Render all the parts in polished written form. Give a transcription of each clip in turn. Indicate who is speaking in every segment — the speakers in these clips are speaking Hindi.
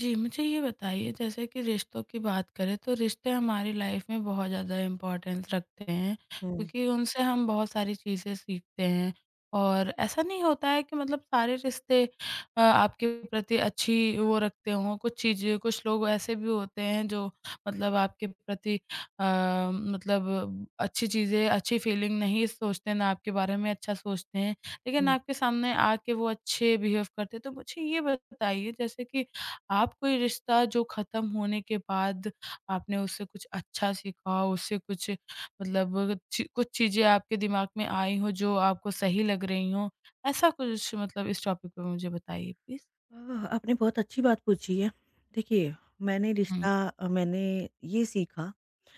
Speaker 1: जी, मुझे ये बताइए जैसे कि रिश्तों की बात करें तो रिश्ते हमारी लाइफ में बहुत ज़्यादा इम्पोर्टेंस रखते हैं,
Speaker 2: हुँ,
Speaker 1: क्योंकि उनसे हम बहुत सारी चीज़ें सीखते हैं। और ऐसा नहीं होता है कि मतलब सारे रिश्ते आपके प्रति अच्छी वो रखते हों, कुछ चीज़ें कुछ लोग ऐसे भी होते हैं जो मतलब आपके प्रति अ, मतलब अच्छी चीज़ें, अच्छी फीलिंग नहीं सोचते, ना आपके बारे में अच्छा सोचते हैं, लेकिन
Speaker 2: हुँ।
Speaker 1: आपके सामने आके वो अच्छे बिहेव करते हैं। तो मुझे ये बताइए जैसे कि आप कोई रिश्ता जो ख़त्म होने के बाद आपने उससे कुछ अच्छा सीखा, उससे कुछ मतलब ची कुछ चीज़ें आपके दिमाग में आई हो जो आपको सही लग रही हों? ऐसा कुछ मतलब इस टॉपिक पे मुझे बताइए प्लीज़?
Speaker 2: आह, आपने बहुत अच्छी बात पूछी है। देखिए, मैंने रिश्ता
Speaker 1: हुँ,
Speaker 2: मैंने ये सीखा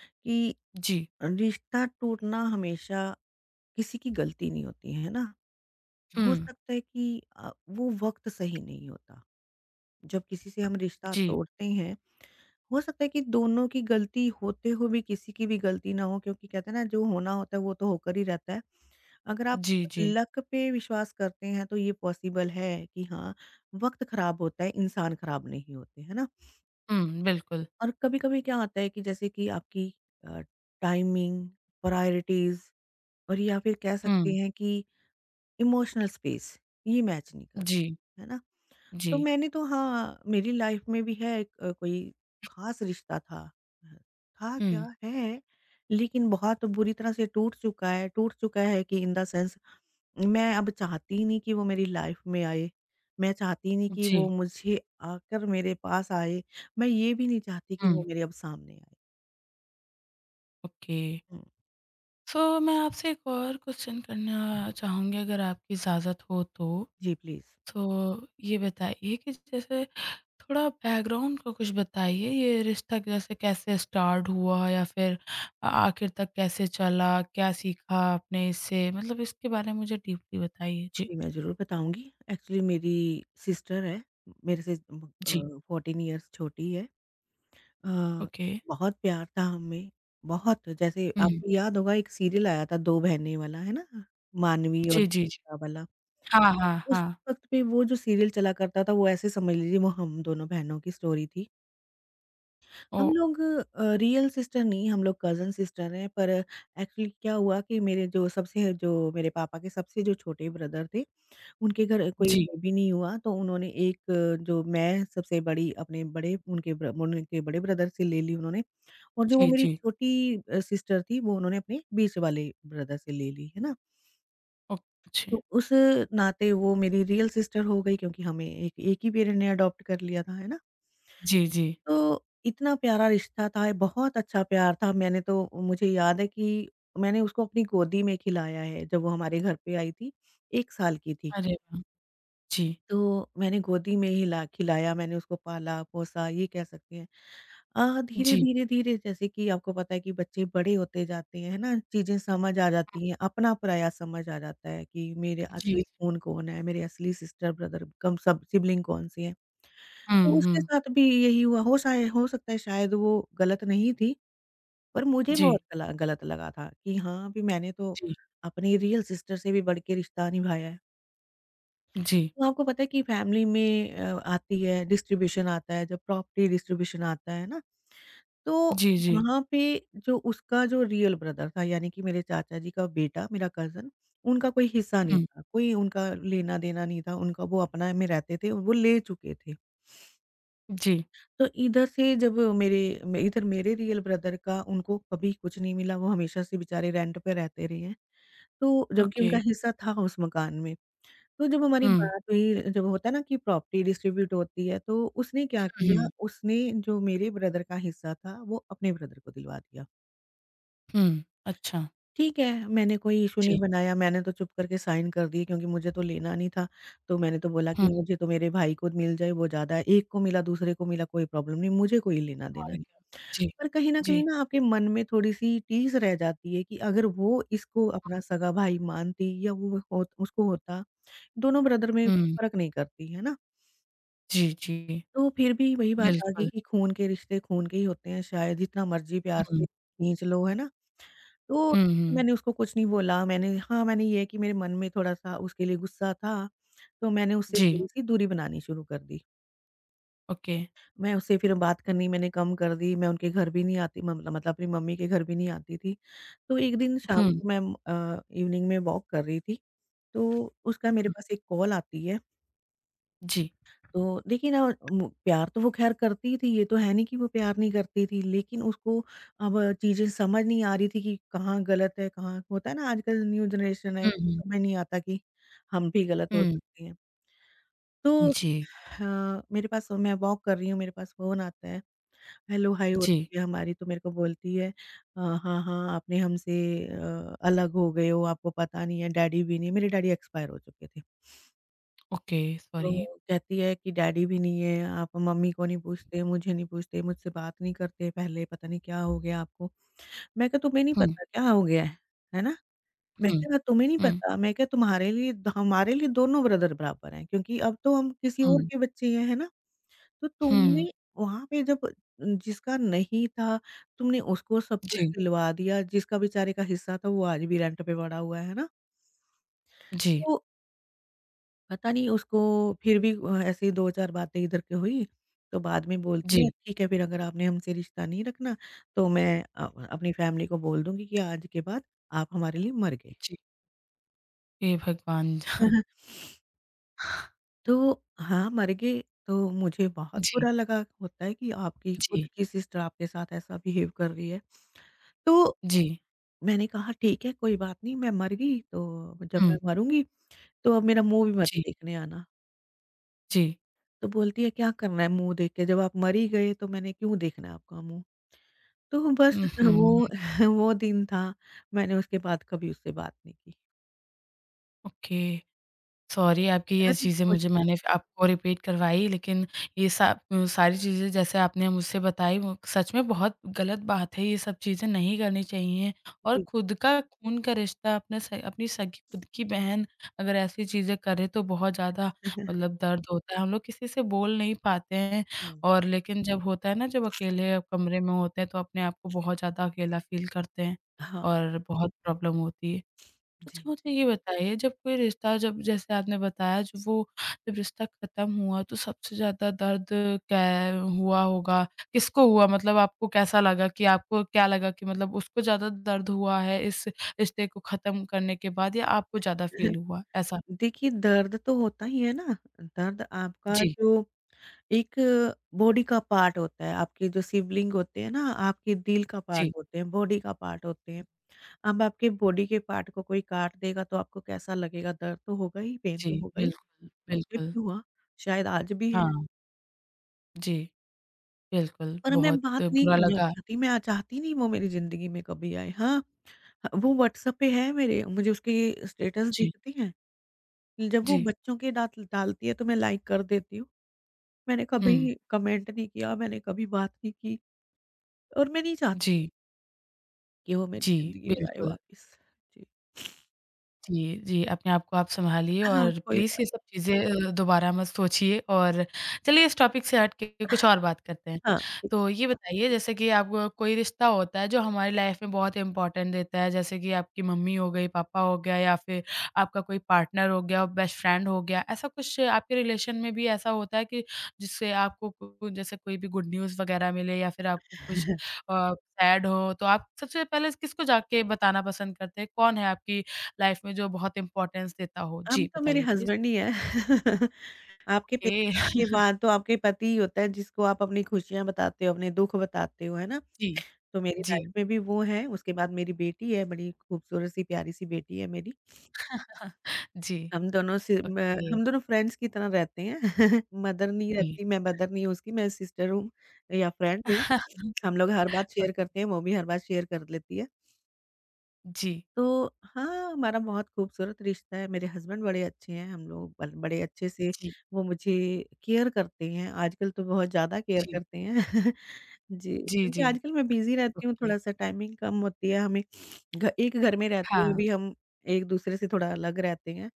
Speaker 2: कि
Speaker 1: जी।
Speaker 2: रिश्ता टूटना हमेशा किसी की गलती नहीं होती है ना? हो
Speaker 1: हुँ,
Speaker 2: सकता है कि वो वक़्त सही नहीं होता। जब किसी से हम रिश्ता
Speaker 1: जी।
Speaker 2: तोड़ते हैं, हो सकता है कि दोनों की गलती होते हुए भी किसी की भी गलती ना हो क्योंकि कहते हैं ना जो होना होता है वो तो होकर ही रहता है। अगर आप
Speaker 1: जी, जी।
Speaker 2: लक पे विश्वास करते हैं तो ये पॉसिबल है कि हाँ, वक़्त खराब होता है, इंसान खराब नहीं होते, है ना?
Speaker 1: हुँ, बिल्कुल।
Speaker 2: और कभी-कभी क्या होता है कि जैसे कि आपकी अ, टाइमिंग, प्रायोरिटीज़ और या फिर कह सकते
Speaker 1: हुँ,
Speaker 2: हैं कि इमोशनल स्पेस, ये मैच नहीं
Speaker 1: जी,
Speaker 2: करते, है ना?
Speaker 1: जी।
Speaker 2: तो मैंने तो हाँ, मेरी लाइफ़ में भी है एक कोई ख़ास रिश्ता था। अ, था
Speaker 1: हुँ,
Speaker 2: क्या? है, लेकिन बहुत बुरी तरह से टूट चुका है कि इन द सेंस मैं अब चाहती ही नहीं कि वो मेरी लाइफ में आए। मैं चाहती ही नहीं कि वो
Speaker 1: जी।
Speaker 2: मुझे आकर मेरे पास आए। मैं ये भी नहीं चाहती कि
Speaker 1: हुँ,
Speaker 2: वो मेरे अब सामने आए।
Speaker 1: ओके।
Speaker 2: हुँ।
Speaker 1: सो मैं आपसे एक और क्वेश्चन करना चाहूँगी अगर आपकी इजाज़त हो तो?
Speaker 2: जी, प्लीज़।
Speaker 1: तो ये बताइए कि जैसे थोड़ा बैकग्राउंड का कुछ बताइए, ये रिश्ता जैसे कैसे स्टार्ट हुआ या फिर आखिर तक कैसे चला? क्या सीखा आपने इससे? मतलब इसके बारे में मुझे डीपली बताइए। जी,
Speaker 2: जी, मैं ज़रूर बताऊँगी। एक्चुअली मेरी सिस्टर है, मेरे से
Speaker 1: जी,
Speaker 2: 14 इयर्स छोटी है। अ,
Speaker 1: ओके।
Speaker 2: बहुत प्यार था हम में, बहुत जैसे
Speaker 1: हुँ।
Speaker 2: आपको याद होगा एक सीरियल आया था 2 बहनें वाला, है ना? मानवी और
Speaker 1: जी, जी, जी।
Speaker 2: जीविका वाला।
Speaker 1: हाँ, हाँ,
Speaker 2: उस
Speaker 1: हाँ।
Speaker 2: वक़्त पे वो जो सीरियल चला करता था, वो ऐसे समझ लीजिए वो हम दोनों बहनों की स्टोरी थी। हम
Speaker 1: ओह!
Speaker 2: लोग रियल सिस्टर नहीं, हम लोग कज़न सिस्टर हैं, पर एक्चुअली क्या हुआ कि मेरे जो सबसे जो मेरे पापा के सबसे जो छोटे ब्रदर थे, उनके घर कोई
Speaker 1: जी,
Speaker 2: बेबी नहीं हुआ, तो उन्होंने एक जो मैं सबसे बड़ी अपने बड़े उनके बड़े ब्रदर से ले ली उन्होंने और जो वो
Speaker 1: जी,
Speaker 2: मेरी
Speaker 1: जी।
Speaker 2: छोटी सिस्टर थी, वो उन्होंने अपने बीच वाले ब्रदर से ले ली, है ना?
Speaker 1: ओ जी।
Speaker 2: तो उस नाते वो मेरी रियल सिस्टर हो गई क्योंकि हमें एक एक ही पेरेंट ने अडॉप्ट कर लिया था, है ना?
Speaker 1: जी, जी।
Speaker 2: तो इतना प्यारा रिश्ता था, बहुत अच्छा प्यार था। मैंने तो मुझे याद है कि मैंने उसको अपनी गोदी में खिलाया है, जब वो हमारे घर पे आई थी, 1 साल की थी।
Speaker 1: अरे वाह! जी,
Speaker 2: तो मैंने गोदी में ही ला खिलाया, मैंने उसको पाला-पोसा, ये कह सकते हैं। धीरे,
Speaker 1: जी,
Speaker 2: धीरे, धीरे जैसे कि आपको पता है कि बच्चे बड़े होते जाते हैं, है ना? चीज़ें समझ आ जाती हैं, अपना-पराया समझ आ जाता है कि मेरे
Speaker 1: जी।
Speaker 2: असली कौन-कौन है, मेरे असली सिस्टर-ब्रदर कम सब सिबलिंग कौन-सी हैं।
Speaker 1: हुँ,
Speaker 2: तो उसके
Speaker 1: हुँ।
Speaker 2: साथ भी यही हुआ, हो सकता है शायद वो गलत नहीं थी, पर मुझे बहुत
Speaker 1: जी,
Speaker 2: गला गलत लगा था कि हाँ, भी मैंने तो
Speaker 1: जी,
Speaker 2: अपनी रियल सिस्टर से भी बढ़ के रिश्ता निभाया है।
Speaker 1: जी।
Speaker 2: तो आपको पता है कि फैमिली में आती है डिस्ट्रीब्यूशन आता है जब प्रॉपर्टी डिस्ट्रीब्यूशन आता है ना तो
Speaker 1: जी, जी।
Speaker 2: वहाँ पे जो उसका जो रियल ब्रदर था यानी कि मेरे चाचा जी का बेटा मेरा कजन उनका कोई हिस्सा नहीं
Speaker 1: हुँ,
Speaker 2: था कोई उनका लेना देना नहीं था उनका वो अपना में रहते थे वो ले चुके थे।
Speaker 1: जी।
Speaker 2: तो इधर से इधर मेरे रियल ब्रदर का उनको कभी कुछ नहीं मिला वो हमेशा से बेचारे रेंट पे रहते रहे हैं तो जबकि
Speaker 1: ओके।
Speaker 2: उनका हिस्सा था उस मकान में। तो जब हमारी
Speaker 1: हुँ,
Speaker 2: बात हुई जब होता है ना कि प्रॉपर्टी डिस्ट्रीब्यूट होती है तो उसने क्या किया
Speaker 1: हुँ,
Speaker 2: उसने जो मेरे ब्रदर का हिस्सा था वो अपने ब्रदर को दिलवा दिया।
Speaker 1: हुँ। अच्छा।
Speaker 2: ठीक है, मैंने कोई इश्यू नहीं
Speaker 1: जी।
Speaker 2: बनाया मैंने तो चुप करके साइन कर दिए क्योंकि मुझे तो लेना नहीं था। तो मैंने तो बोला कि
Speaker 1: हुँ।
Speaker 2: मुझे तो मेरे भाई को मिल जाए वो ज़्यादा है, एक को मिला दूसरे को मिला कोई प्रॉब्लम नहीं मुझे कोई लेना-देना
Speaker 1: और
Speaker 2: नहीं।
Speaker 1: क्या। जी,
Speaker 2: पर कहीं न कहीं
Speaker 1: जी।
Speaker 2: ना आपके मन में थोड़ी-सी टीस रह जाती है कि अगर वो इसको अपना सगा भाई मानती या वो होत उसको होता, दोनों ब्रदर में
Speaker 1: हुँ,
Speaker 2: फ़र्क नहीं करती, है ना?
Speaker 1: जी, जी,
Speaker 2: तो फिर भी वही बात आ गई
Speaker 1: बिल्कुल।
Speaker 2: कि खून के रिश्ते खून के ही होते हैं शायद जितना मर्ज़ी प्यार से
Speaker 1: हुँ,
Speaker 2: खींच लो, है ना? तो
Speaker 1: हुँ, हुँ,
Speaker 2: मैंने उसको कुछ नहीं बोला, मैंने हाँ, मैंने ये है कि मेरे मन में थोड़ा-सा उसके लिए गुस्सा था, तो मैंने उससे
Speaker 1: जी,
Speaker 2: थोड़ी-सी दूरी बनानी शुरू कर दी।
Speaker 1: ओके।
Speaker 2: मैं उससे फिर बात करनी मैंने कम कर दी, मैं उनके घर भी नहीं आती म मतलब अपनी मम्मी के घर भी नहीं आती थी। तो एक दिन शाम
Speaker 1: हुँ,
Speaker 2: को मैं इवनिंग में वॉक कर रही थी, तो उसका मेरे
Speaker 1: हुँ,
Speaker 2: पास एक कॉल आती है।
Speaker 1: जी।
Speaker 2: तो देखिए ना मु प्यार तो वो ख़ैर करती थी, ये तो है नहीं कि वो प्यार नहीं करती थी, लेकिन उसको अब चीज़ें समझ नहीं आ रही थी कि कहाँ गलत है, कहाँ होता है ना आजकल न्यू जनरेशन है, उसको
Speaker 1: हुँ,
Speaker 2: समझ नहीं आता कि हम भी गलत
Speaker 1: हुँ,
Speaker 2: हो
Speaker 1: हुँ,
Speaker 2: सकते हैं। तो
Speaker 1: जी,
Speaker 2: हाँ, मेरे पास मैं वॉक कर रही हूँ, मेरे पास फ़ोन आता है, हेलो हाय
Speaker 1: जी,
Speaker 2: होती है हमारी तो मेरे को बोलती है "हाँ, हाँ, आपने हमसे अलग हो गए हो, आपको पता नहीं है, डैडी भी नहीं" मेरे डैडी एक्सपायर हो चुके थे।
Speaker 1: Okay, sorry.
Speaker 2: तो कहती है कि डैडी भी नहीं है, आप मम्मी को नहीं पूछते, मुझे नहीं पूछते, मुझसे बात नहीं करते पहले, पता नहीं क्या हो गया आपको। मैं कहा तुम्हें नहीं
Speaker 1: हुँ,
Speaker 2: पता क्या हो गया है ना? मैं
Speaker 1: हुँ,
Speaker 2: कहा "हाँ, तुम्हें नहीं
Speaker 1: हुँ,
Speaker 2: पता, मैं कहा तुम्हारे लिए हमारे लिए दोनों ब्रदर बराबर हैं क्योंकि अब तो हम किसी और
Speaker 1: हुँ,
Speaker 2: के बच्चे हैं, है ना? तो
Speaker 1: हुँ,
Speaker 2: तुमने वहाँ पे जब जिसका नहीं था, तुमने उसको सब कुछ
Speaker 1: जी,
Speaker 2: दिलवा दिया, जिसका बेचारे का हिस्सा था वो आज भी रेंट पे पड़ा हुआ है ना?
Speaker 1: जी,
Speaker 2: तो पता नहीं उसको फिर भी ऐसे ही 2-4 बातें इधर की हुई, तो बाद में बोलती है
Speaker 1: जी,
Speaker 2: ठीक है फिर अगर आपने हमसे रिश्ता नहीं रखना तो मैं अपनी फैमिली को बोल दूँगी कि आज के बाद आप हमारे लिए मर गए।
Speaker 1: जी, हे भगवान!
Speaker 2: तो हाँ, मर गए तो मुझे बहुत
Speaker 1: जी,
Speaker 2: बुरा लगा, होता है कि आपकी खुद
Speaker 1: जी,
Speaker 2: की सिस्टर आपके साथ ऐसा बिहेव कर रही है। तो
Speaker 1: जी,
Speaker 2: मैंने कहा ठीक है कोई बात नहीं मैं मर गई तो जब मैं
Speaker 1: हुँ,
Speaker 2: मरूँगी तो अब मेरा मुँह भी मत
Speaker 1: जी,
Speaker 2: देखने आना।
Speaker 1: जी,
Speaker 2: तो बोलती है क्या करना है मुँह देख के जब आप मर ही गए तो मैंने क्यों देखना है आपका मुँह? तो बस
Speaker 1: उहुँ,
Speaker 2: वो वो दिन था मैंने उसके बाद कभी उससे बात नहीं की।
Speaker 1: ओके। सॉरी आपकी ये
Speaker 2: अरे!
Speaker 1: चीज़ें
Speaker 2: कोई
Speaker 1: मुझे मैंने आपको रिपीट करवाई लेकिन ये सा सारी चीज़ें जैसे आपने मुझसे बताई वो सच में बहुत गलत बात है, ये सब चीज़ें नहीं करनी चाहिए और
Speaker 2: जी।
Speaker 1: खुद का खून का रिश्ता अपने स अपनी सगी खुद की बहन अगर ऐसी चीज़ें करे तो बहुत ज़्यादा मतलब दर्द होता है। हम लोग किसी से बोल नहीं पाते हैं
Speaker 2: हुँ।
Speaker 1: और लेकिन जब होता है ना जब अकेले कमरे में होते हैं तो अपने आप को बहुत ज़्यादा अकेला फ़ील करते हैं
Speaker 2: हाँ।
Speaker 1: और बहुत प्रॉब्लम होती है। अच्छा
Speaker 2: जी।
Speaker 1: मुझे ये बताइए जब कोई रिश्ता जब जैसे आपने बताया जो वो जब रिश्ता ख़त्म हुआ तो सबसे ज़्यादा दर्द कै हुआ होगा? किसको हुआ? मतलब आपको कैसा लगा कि आपको क्या लगा कि मतलब उसको ज़्यादा दर्द हुआ है इस रिश्ते को ख़त्म करने के बाद या आपको ज़्यादा फ़ील हुआ? ऐसा?
Speaker 2: देखिए दर्द तो होता ही है ना, दर्द आपका
Speaker 1: जी,
Speaker 2: जो एक बॉडी का पार्ट होता है, आपके जो सिबलिंग होते हैं ना, आपके दिल का पार्ट
Speaker 1: जी,
Speaker 2: होते हैं, बॉडी का पार्ट होते हैं। अब आपके बॉडी के पार्ट को कोई काट देगा तो आपको कैसा लगेगा? दर्द तो होगा ही, पेन
Speaker 1: जी।
Speaker 2: तो होगा ही।
Speaker 1: बिल्कुल,
Speaker 2: मुझे
Speaker 1: बिल्कुल।
Speaker 2: भी हुआ, शायद आज भी है,
Speaker 1: हाँ, जी, बिल्कुल।
Speaker 2: पर मैं
Speaker 1: बहुत
Speaker 2: बात नहीं
Speaker 1: बुरा
Speaker 2: करना
Speaker 1: लगा।
Speaker 2: चाहती, मैं चाहती नहीं वो मेरी ज़िंदगी में कभी आए। हाँ, वो व्हाट्सएप पे है मेरे, मुझे उसके स्टेटस
Speaker 1: जी,
Speaker 2: दिखते हैं, जब वो
Speaker 1: जी।
Speaker 2: बच्चों के डात डालती है तो मैं लाइक कर देती हूँ। मैंने
Speaker 1: हुँ।
Speaker 2: कभी कमेंट नहीं किया, मैंने कभी बात नहीं की और मैं नहीं चाहती
Speaker 1: जी,
Speaker 2: कि वो मेरी
Speaker 1: जी,
Speaker 2: ज़िंदगी में आए
Speaker 1: बिल्कुल।
Speaker 2: वापस। जी।
Speaker 1: जी, जी, अपने आप को आप सँभालिए
Speaker 2: हाँ,
Speaker 1: और
Speaker 2: कोई
Speaker 1: प्लीज़
Speaker 2: बात
Speaker 1: ये सब चीज़ें दोबारा मत सोचिए और चलिए इस टॉपिक से हट के कुछ और बात करते हैं।
Speaker 2: हाँ, ठीक
Speaker 1: तो ये बताइए जैसे कि आपको कोई रिश्ता होता है जो हमारी लाइफ़ में बहुत इम्पोर्टेंट देता है, जैसे कि आपकी मम्मी हो गई, पापा हो गया या फिर आपका कोई पार्टनर हो गया, बेस्ट फ्रेंड हो गया, ऐसा कुछ आपके रिलेशन में भी ऐसा होता है कि जिससे आपको को जैसे कोई भी गुड न्यूज़ वग़ैरह मिले या फिर आपको कुछ
Speaker 2: है।
Speaker 1: अ, सैड हो, तो आप सबसे पहले किसको जाके बताना पसंद करते हैं? कौन है आपकी लाइफ में जो बहुत इम्पोर्टेंस देता हो?
Speaker 2: अब
Speaker 1: जी,
Speaker 2: तो मेरे
Speaker 1: बताइए प्लीज़।
Speaker 2: हस्बैंड ही है। आपके
Speaker 1: ओके
Speaker 2: पेरेंट्स के बाद तो आपके पति ही होता है जिसको आप अपनी खुशियाँ बताते हो, अपने दुःख बताते हो, है ना?
Speaker 1: जी,
Speaker 2: तो मेरी
Speaker 1: जी।
Speaker 2: लाइफ में भी वो हैं, उसके बाद मेरी बेटी है, बड़ी खूबसूरत सी प्यारी-सी बेटी है मेरी।
Speaker 1: जी,
Speaker 2: हम दोनों से म
Speaker 1: ओके,
Speaker 2: हम दोनों फ्रेंड्स की तरह रहते हैं। मदर नहीं
Speaker 1: जी।
Speaker 2: रहती, मैं मदर नहीं हूँ उसकी, मैं सिस्टर हूँ या फ्रेंड हूँ। हम लोग हर बात
Speaker 1: अ,
Speaker 2: शेयर करते हैं, वो भी हर बात शेयर कर लेती है।
Speaker 1: जी,
Speaker 2: तो हाँ, हमारा बहुत खूबसूरत रिश्ता है, मेरे हस्बैंड बड़े अच्छे हैं, हम लोग बल बड़े अच्छे से
Speaker 1: जी,
Speaker 2: वो मुझे केयर करते हैं, आजकल तो बहुत ज़्यादा केयर
Speaker 1: जी,
Speaker 2: करते हैं। जी,
Speaker 1: जी,
Speaker 2: क्योंकि
Speaker 1: जी,
Speaker 2: आजकल मैं बिज़ी रहती हूँ,
Speaker 1: ओके।
Speaker 2: थोड़ा-सा टाइमिंग कम होती है हमें। घ एक घर में रहते हुए
Speaker 1: हाँ,
Speaker 2: भी हम एक-दूसरे से थोड़ा अलग रहते हैं,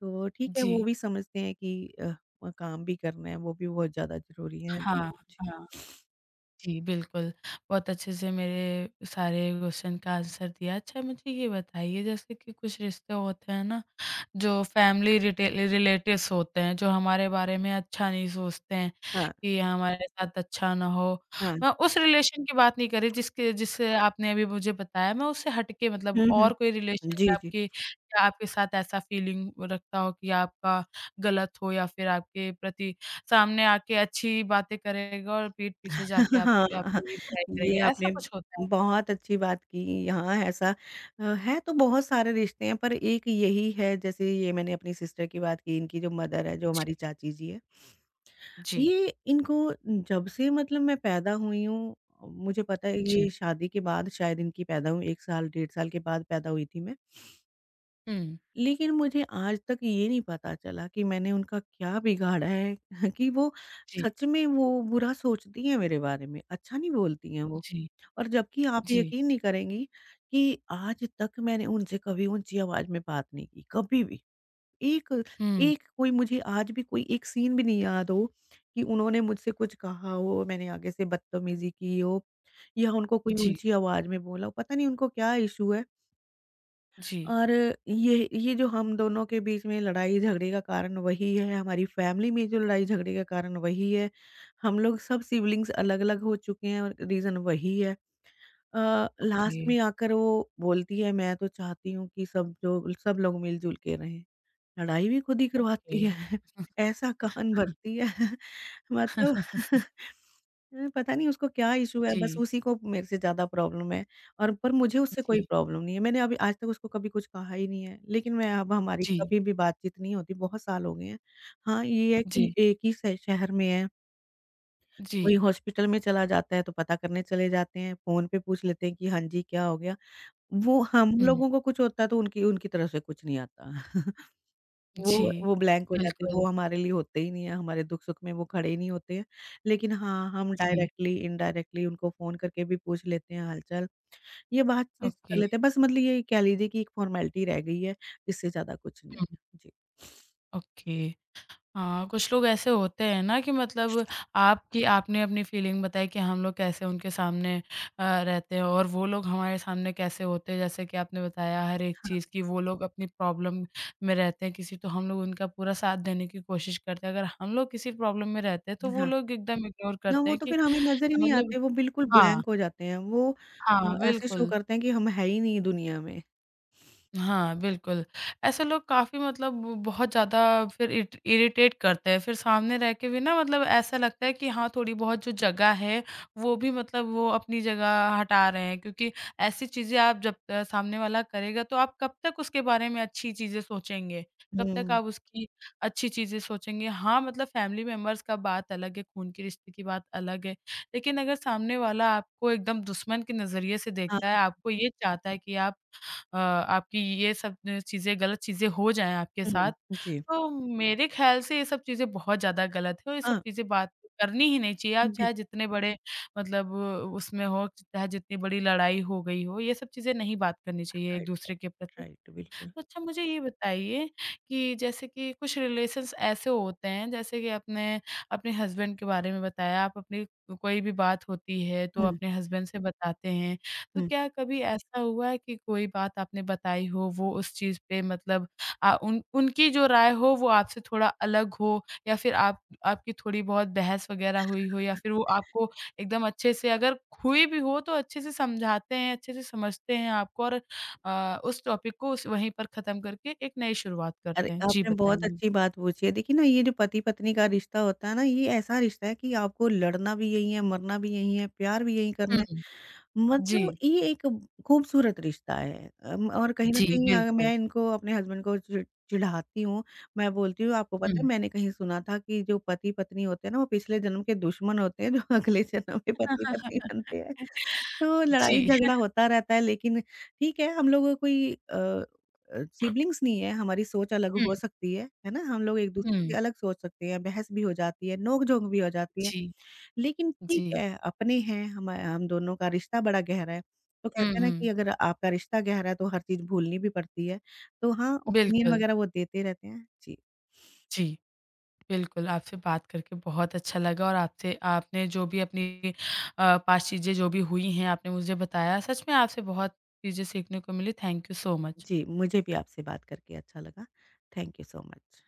Speaker 2: तो ठीक है, वो
Speaker 1: जी,
Speaker 2: भी समझते हैं कि काम भी करना है, वो भी बहुत ज़्यादा ज़रूरी है। जी।
Speaker 1: हाँ, हाँ, जी, बिल्कुल। बहुत अच्छे से मेरे सारे क्वेश्चन का आंसर दिया। अच्छा मुझे ये बताइए जैसे कि कुछ रिश्ते होते हैं ना जो फैमिली रिटे रिलेटिव्स होते हैं, जो हमारे बारे में अच्छा नहीं सोचते हैं,
Speaker 2: हाँ,
Speaker 1: कि हमारे साथ अच्छा ना हो।
Speaker 2: हाँ।
Speaker 1: मैं उस रिलेशन की बात नहीं कर रही जिसके जिससे आपने अभी मुझे बताया, मैं उससे हट के मतलब
Speaker 2: हुँ,
Speaker 1: और कोई
Speaker 2: हुँ।
Speaker 1: रिलेशन में
Speaker 2: जी, जी।
Speaker 1: आपके या आपके साथ ऐसा फीलिंग रखता हो कि आपका गलत हो या फिर आपके प्रति सामने आके अच्छी बातें करेगा और पीठ पीछे जाके आप
Speaker 2: हाँ, हाँ,
Speaker 1: आपकी बुराई
Speaker 2: ये
Speaker 1: करेगा, ऐसा
Speaker 2: आपने
Speaker 1: कुछ होता है?
Speaker 2: बहुत अच्छी बात की। हाँ, ऐसा है तो बहुत सारे रिश्ते हैं पर एक यही है जैसे ये मैंने अपनी सिस्टर की बात की, इनकी जो मदर है, जो हमारी
Speaker 1: जी,
Speaker 2: चाची जी है।
Speaker 1: जी,
Speaker 2: ये इनको जब से मतलब मैं पैदा हुई हूँ, मुझे पता है
Speaker 1: जी।
Speaker 2: ये शादी के बाद शायद इनकी पैदा हुई 1 साल, 1.5 साल के बाद पैदा हुई थी मैं।
Speaker 1: हुँ,
Speaker 2: लेकिन मुझे आज तक ये नहीं पता चला कि मैंने उनका क्या बिगाड़ा है, कि वो
Speaker 1: जी,
Speaker 2: सच में वो बुरा सोचती हैं मेरे बारे में, अच्छा नहीं बोलती हैं वो।
Speaker 1: जी,
Speaker 2: और जबकि आप
Speaker 1: जी।
Speaker 2: यकीन नहीं करेंगी कि आज तक मैंने उनसे कभी ऊँची आवाज़ में बात नहीं की, कभी भी। एक
Speaker 1: हुँ,
Speaker 2: एक कोई मुझे आज भी कोई एक सीन भी नहीं याद हो कि उन्होंने मुझसे कुछ कहा हो, मैंने आगे से बदतमीज़ी की हो या उनको कोई
Speaker 1: जी,
Speaker 2: ऊँची आवाज़ में बोला हो, पता नहीं उनको क्या इश्यू है।
Speaker 1: जी।
Speaker 2: और ये जो हम दोनों के बीच में लड़ाई झगड़े का कारण वही है, हमारी फैमिली में जो लड़ाई झगड़े का कारण वही है। हम लोग सब सिबलिंग्स अलग-अलग हो चुके हैं और रीज़न वही है।
Speaker 1: ओके,
Speaker 2: लास्ट में आकर वो बोलती है मैं तो चाहती हूँ कि सब जो सब लोग मिल-जुल के रहें। लड़ाई भी खुद ही
Speaker 1: ओके।
Speaker 2: करवाती है, ऐसा कान भरती है, मतलब। पता नहीं उसको क्या इश्यू है, बस
Speaker 1: जी,
Speaker 2: उसी को मेरे से ज़्यादा प्रॉब्लम है और पर मुझे उससे कोई
Speaker 1: जी,
Speaker 2: प्रॉब्लम नहीं है। मैंने अभी आज तक उसको कभी कुछ कहा ही नहीं है, लेकिन मैं अब हमारी
Speaker 1: जी,
Speaker 2: कभी भी बातचीत नहीं होती, बहुत साल हो गए हैं। हाँ, ये है कि
Speaker 1: जी,
Speaker 2: एक ही श शहर में है,
Speaker 1: जी।
Speaker 2: कोई हॉस्पिटल में चला जाता है तो पता करने चले जाते हैं, फ़ोन पे पूछ लेते हैं कि हाँ जी, क्या हो गया? वो हम
Speaker 1: हुँ,
Speaker 2: लोगों को कुछ होता है तो उनकी उनकी तरफ से कुछ नहीं आता। वो
Speaker 1: जी,
Speaker 2: वो ब्लैंक हो जाते हैं,
Speaker 1: बिल्कुल,
Speaker 2: वो हमारे लिए होते ही नहीं है, हमारे दुख-सुख में वो खड़े ही नहीं होते हैं। लेकिन हाँ, हम
Speaker 1: जी,
Speaker 2: डायरेक्टली, इनडायरेक्टली उनको फ़ोन करके भी पूछ लेते हैं हाल-चाल, ये बातचीत कर
Speaker 1: ओके,
Speaker 2: लेते हैं। बस मतलब ये कह लीजिए कि एक फ़ॉर्मेलिटी रह गई है, इससे ज़्यादा कुछ नहीं
Speaker 1: हुँ,
Speaker 2: है। जी।
Speaker 1: ओके। हाँ, कुछ लोग ऐसे होते हैं ना कि मतलब आपकी आपने अपनी फीलिंग बताई कि हम लोग कैसे उनके सामने रहते हैं और वो लोग हमारे सामने कैसे होते हैं, जैसे कि आपने बताया हर एक चीज़ की वो लोग अपनी प्रॉब्लम में रहते हैं किसी तो हम लोग उनका पूरा साथ देने की कोशिश करते हैं। अगर हम लोग किसी प्रॉब्लम में रहते हैं, तो वो
Speaker 2: हाँ,
Speaker 1: लोग एकदम इग्नोर
Speaker 2: ना
Speaker 1: करते
Speaker 2: वो
Speaker 1: हैं
Speaker 2: तो
Speaker 1: कि
Speaker 2: फिर हमें नज़र ही नहीं
Speaker 1: मतलब
Speaker 2: आते, वो बिल्कुल
Speaker 1: हाँ,
Speaker 2: ब्लैंक हो जाते हैं, वो
Speaker 1: हाँ,
Speaker 2: ऐसे शो
Speaker 1: बिल्कुल।
Speaker 2: करते हैं कि हम है ही नहीं दुनिया में।
Speaker 1: हाँ, बिल्कुल। ऐसे लोग काफ़ी मतलब बहुत ज़्यादा फिर इट इरिटेट करते हैं। फिर सामने रह के भी ना मतलब ऐसा लगता है कि हाँ, थोड़ी बहुत जो जगह है, वो भी मतलब वो अपनी जगह हटा रहे हैं। क्योंकि ऐसी चीज़ें आप जब सामने वाला करेगा तो आप कब तक उसके बारे में अच्छी चीज़ें सोचेंगे? कब तक
Speaker 2: हुँ,
Speaker 1: आप उसकी अच्छी चीज़ें सोचेंगे? हाँ, मतलब फैमिली मेंबर्स का बात अलग है, खून के रिश्ते की बात अलग है। लेकिन अगर सामने वाला आपको एकदम दुश्मन के नज़रिए से देखता है,
Speaker 2: हाँ,
Speaker 1: आपको ये चाहता है कि आप आपकी ये सब चीज़ें गलत चीज़ें हो जाएँ आपके साथ,
Speaker 2: हुँ, जी।
Speaker 1: तो मेरे ख़्याल से ये सब चीज़ें बहुत ज़्यादा गलत है और ये सब
Speaker 2: हाँ,
Speaker 1: चीज़ें बात करनी ही नहीं चाहिए। आप चाहे
Speaker 2: बिल्कुल,
Speaker 1: जितने बड़े मतलब उसमें हो, चाहे जितनी बड़ी लड़ाई हो गई हो, ये सब चीज़ें नहीं बात करनी चाहिए
Speaker 2: राइट,
Speaker 1: एक-दूसरे के प्रति।
Speaker 2: राइट, बिल्कुल।
Speaker 1: तो अच्छा मुझे ये बताइए कि जैसे कि कुछ रिलेशंस ऐसे होते हैं जैसे कि आपने अपने हस्बैंड के बारे में बताया, आप अपनी कोई भी बात होती है तो
Speaker 2: हुँ,
Speaker 1: अपने हस्बैंड से बताते हैं। तो
Speaker 2: हुँ।
Speaker 1: क्या कभी ऐसा हुआ है कि कोई बात आपने बताई हो वो उस चीज़ पे मतलब अ, उन उनकी जो राय हो वो आपसे थोड़ा अलग हो या फिर आप आपकी थोड़ी बहुत बहस वग़ैरह हुई हो या फिर वो आपको एकदम अच्छे से अगर हुई भी हो तो अच्छे से समझाते हैं, अच्छे से समझते हैं आपको और उस टॉपिक को उस वहीं पर ख़त्म करके एक नई शुरुआत
Speaker 2: अरे,
Speaker 1: करते हैं। जी,
Speaker 2: आपने बहुत
Speaker 1: बताइए?
Speaker 2: अच्छी बात पूछी है। देखिए ना ये जो पति-पत्नी का रिश्ता होता है ना, ये ऐसा रिश्ता है कि आपको लड़ना भी यहीं है, मरना भी यहीं है, प्यार भी यहीं करना है।
Speaker 1: हुँ। जी।
Speaker 2: मतलब ये एक खूबसूरत रिश्ता है, और कहीं न
Speaker 1: जी,
Speaker 2: कहीं
Speaker 1: बिल्कुल।
Speaker 2: मैं इनको अपने हस्बैंड को चिढ़ाती हूँ। मैं बोलती हूँ आपको पता है
Speaker 1: हुँ।
Speaker 2: मैंने कहीं सुना था कि जो पति-पत्नी होते हैं ना वो पिछले जन्म के दुश्मन होते हैं जो अगले जन्म में
Speaker 1: हाँ, हाँ।
Speaker 2: पति-पत्नी बनते हैं। तो
Speaker 1: जी।
Speaker 2: लड़ाई-झगड़ा होता रहता है लेकिन ठीक है हम लोगों को सिबलिंग्स नहीं है, हमारी सोच अलग
Speaker 1: हुँ,
Speaker 2: हो सकती है ना? हम लोग एक-दूसरे
Speaker 1: हुँ।
Speaker 2: की अलग सोच सकते हैं, बहस भी हो जाती है, नोक-झोंक भी हो जाती है।
Speaker 1: जी,
Speaker 2: लेकिन ठीक
Speaker 1: जी।
Speaker 2: है, अपने हैं, हम दोनों का रिश्ता बड़ा गहरा है। तो
Speaker 1: हुँ,
Speaker 2: कहते हैं ना कि
Speaker 1: हुँ।
Speaker 2: अगर आपका रिश्ता गहरा है, तो हर चीज़ भूलनी भी पड़ती है। तो हाँ, ओपिनियन
Speaker 1: बिल्कुल।
Speaker 2: वगैरह वो देते रहते हैं। जी,
Speaker 1: जी, बिल्कुल, आपसे बात करके बहुत अच्छा लगा और आपसे आपने जो भी अपनी 5 चीज़ें जो भी हुई हैं, आपने मुझे बताया। सच में आपसे बहुत चीज़ें सीखने को मिली। Thank you so much.
Speaker 2: जी, मुझे भी आपसे बात करके अच्छा लगा। Thank you so much.